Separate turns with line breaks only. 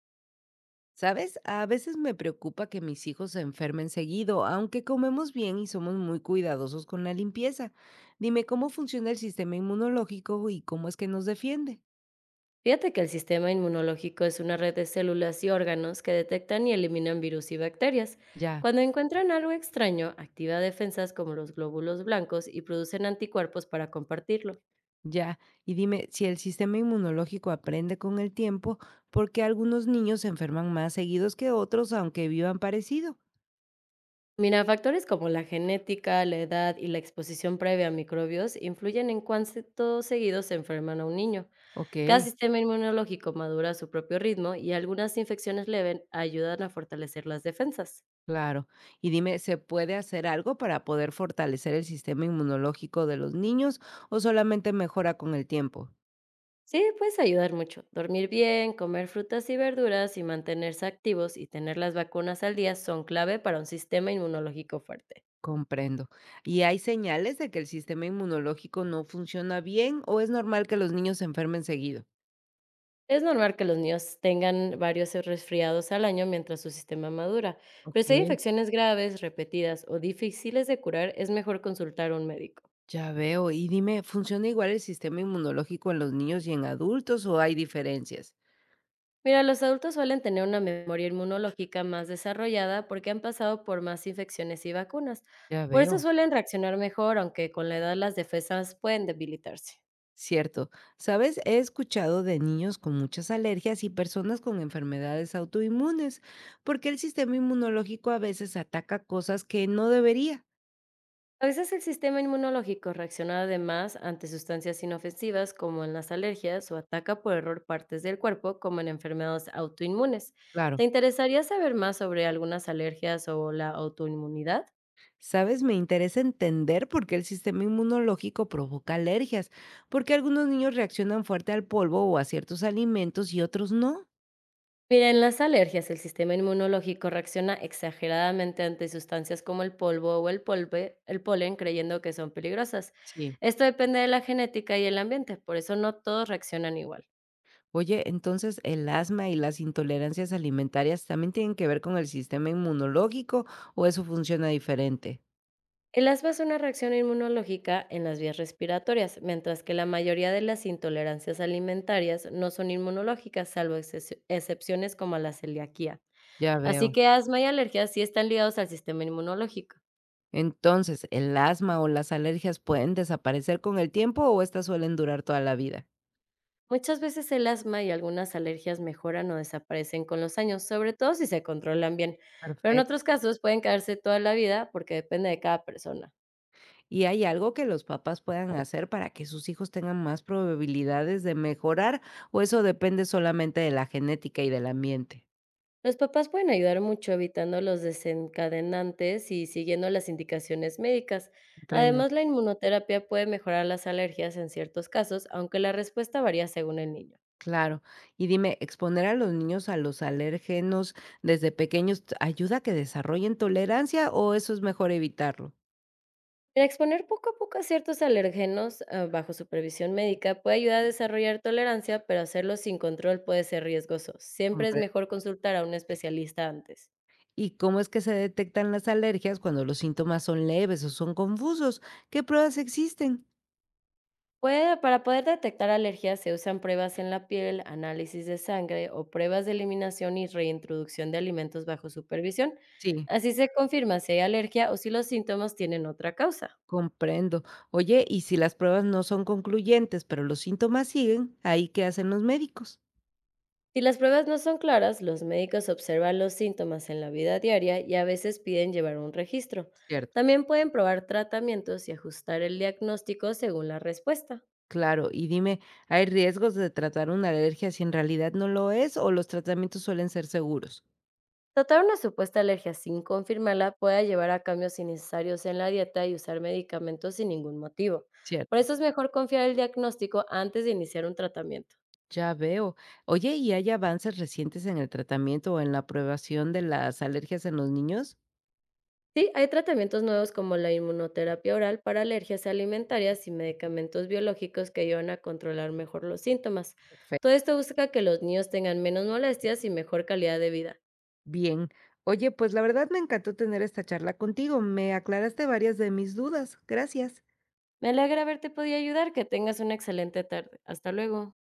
¿Sabes? A veces me preocupa que mis hijos se enfermen seguido, aunque comemos bien y somos muy cuidadosos con la limpieza. Dime cómo funciona el sistema inmunológico y cómo es que nos defiende.
Fíjate que el sistema inmunológico es una red de células y órganos que detectan y eliminan virus y bacterias.
Ya,
Cuando encuentran algo extraño, activa defensas como los glóbulos blancos y producen anticuerpos para compartirlo.
ya. Y dime, si el sistema inmunológico aprende con el tiempo, ¿por qué algunos niños se enferman más seguidos que otros, aunque vivan parecido?
Mira, factores como la genética, la edad y la exposición previa a microbios influyen en cuánto seguido se enferman a un niño.
Ok,
Cada sistema inmunológico madura a su propio ritmo y algunas infecciones leves ayudan a fortalecer las defensas.
claro. Y dime, ¿se puede hacer algo para poder fortalecer el sistema inmunológico de los niños o solamente mejora con el tiempo?
Sí, puedes ayudar mucho. Dormir bien, comer frutas y verduras y mantenerse activos y tener las vacunas al día son clave para un sistema inmunológico fuerte.
Comprendo. ¿Y hay señales de que el sistema inmunológico no funciona bien o es normal que los niños se enfermen seguido?
Es normal que los niños tengan varios resfriados al año mientras su sistema madura,
Ok.
pero si hay infecciones graves, repetidas o difíciles de curar, es mejor consultar a un médico.
Ya veo. Y dime, ¿funciona igual el sistema inmunológico en los niños y en adultos o hay diferencias?
Mira, los adultos suelen tener una memoria inmunológica más desarrollada porque han pasado por más infecciones y vacunas.
Ya
Por eso
veo.
suelen reaccionar mejor, aunque con la edad las defensas pueden debilitarse.
Cierto. Sabes, he escuchado de niños con muchas alergias y personas con enfermedades autoinmunes, porque el sistema inmunológico a veces ataca cosas que no debería.
A veces el sistema inmunológico reacciona además ante sustancias inofensivas como en las alergias o ataca por error partes del cuerpo como en enfermedades autoinmunes.
Claro.
¿Te interesaría saber más sobre algunas alergias o la autoinmunidad?
¿Sabes? Me interesa entender por qué el sistema inmunológico provoca alergias, porque algunos niños reaccionan fuerte al polvo o a ciertos alimentos y otros no.
Mira, en las alergias el sistema inmunológico reacciona exageradamente ante sustancias como el polvo o el polen creyendo que son peligrosas.
Sí.
Esto depende de la genética y el ambiente, por eso no todos reaccionan igual.
Oye, entonces el asma y las intolerancias alimentarias también tienen que ver con el sistema inmunológico o eso funciona diferente.
El asma es una reacción inmunológica en las vías respiratorias, mientras que la mayoría de las intolerancias alimentarias no son inmunológicas, salvo excepciones como la celiaquía.
Ya
Así
veo.
que asma y alergias sí están ligados al sistema inmunológico.
Entonces, ¿el asma o las alergias pueden desaparecer con el tiempo o estas suelen durar toda la vida?
Muchas veces el asma y algunas alergias mejoran o desaparecen con los años, sobre todo si se controlan bien, pero en
Perfecto.
otros casos pueden quedarse toda la vida porque depende de cada persona.
¿Y hay algo que los papás puedan hacer para que sus hijos tengan más probabilidades de mejorar, o eso depende solamente de la genética y del ambiente?
Los papás pueden ayudar mucho evitando los desencadenantes y siguiendo las indicaciones médicas.
Comprendo,
Además, la inmunoterapia puede mejorar las alergias en ciertos casos, aunque la respuesta varía según el niño.
claro. Y dime, ¿exponer a los niños a los alérgenos desde pequeños ayuda a que desarrollen tolerancia o eso es mejor evitarlo?
El exponer poco a poco a ciertos alérgenos bajo supervisión médica puede ayudar a desarrollar tolerancia, pero hacerlo sin control puede ser riesgoso. Siempre es
Compre-
mejor consultar a un especialista antes.
¿Y cómo es que se detectan las alergias cuando los síntomas son leves o son confusos? ¿Qué pruebas existen?
Para poder detectar alergias se usan pruebas en la piel, análisis de sangre o pruebas de eliminación y reintroducción de alimentos bajo supervisión.
Sí.
Así se confirma si hay alergia o si los síntomas tienen otra causa.
Comprendo. Oye, ¿y si las pruebas no son concluyentes, pero los síntomas siguen, ahí qué hacen los médicos?
Si las pruebas no son claras, los médicos observan los síntomas en la vida diaria y a veces piden llevar un registro.
Cierto.
También pueden probar tratamientos y ajustar el diagnóstico según la respuesta.
Claro, y dime, ¿hay riesgos de tratar una alergia si en realidad no lo es o los tratamientos suelen ser seguros?
Tratar una supuesta alergia sin confirmarla puede llevar a cambios innecesarios en la dieta y usar medicamentos sin ningún motivo. Por
Cierto.
eso es mejor confiar el diagnóstico antes de iniciar un tratamiento.
Ya veo. Oye, ¿y hay avances recientes en el tratamiento o en la aprobación de las alergias en los niños?
Sí, hay tratamientos nuevos como la inmunoterapia oral para alergias alimentarias y medicamentos biológicos que ayudan a controlar mejor los síntomas.
Perfecto.
Todo esto busca que los niños tengan menos molestias y mejor calidad de vida.
Bien. Oye, pues la verdad me encantó tener esta charla contigo. Me aclaraste varias de mis dudas. Gracias.
Me alegra haberte podido ayudar, que tengas una excelente tarde. Hasta luego.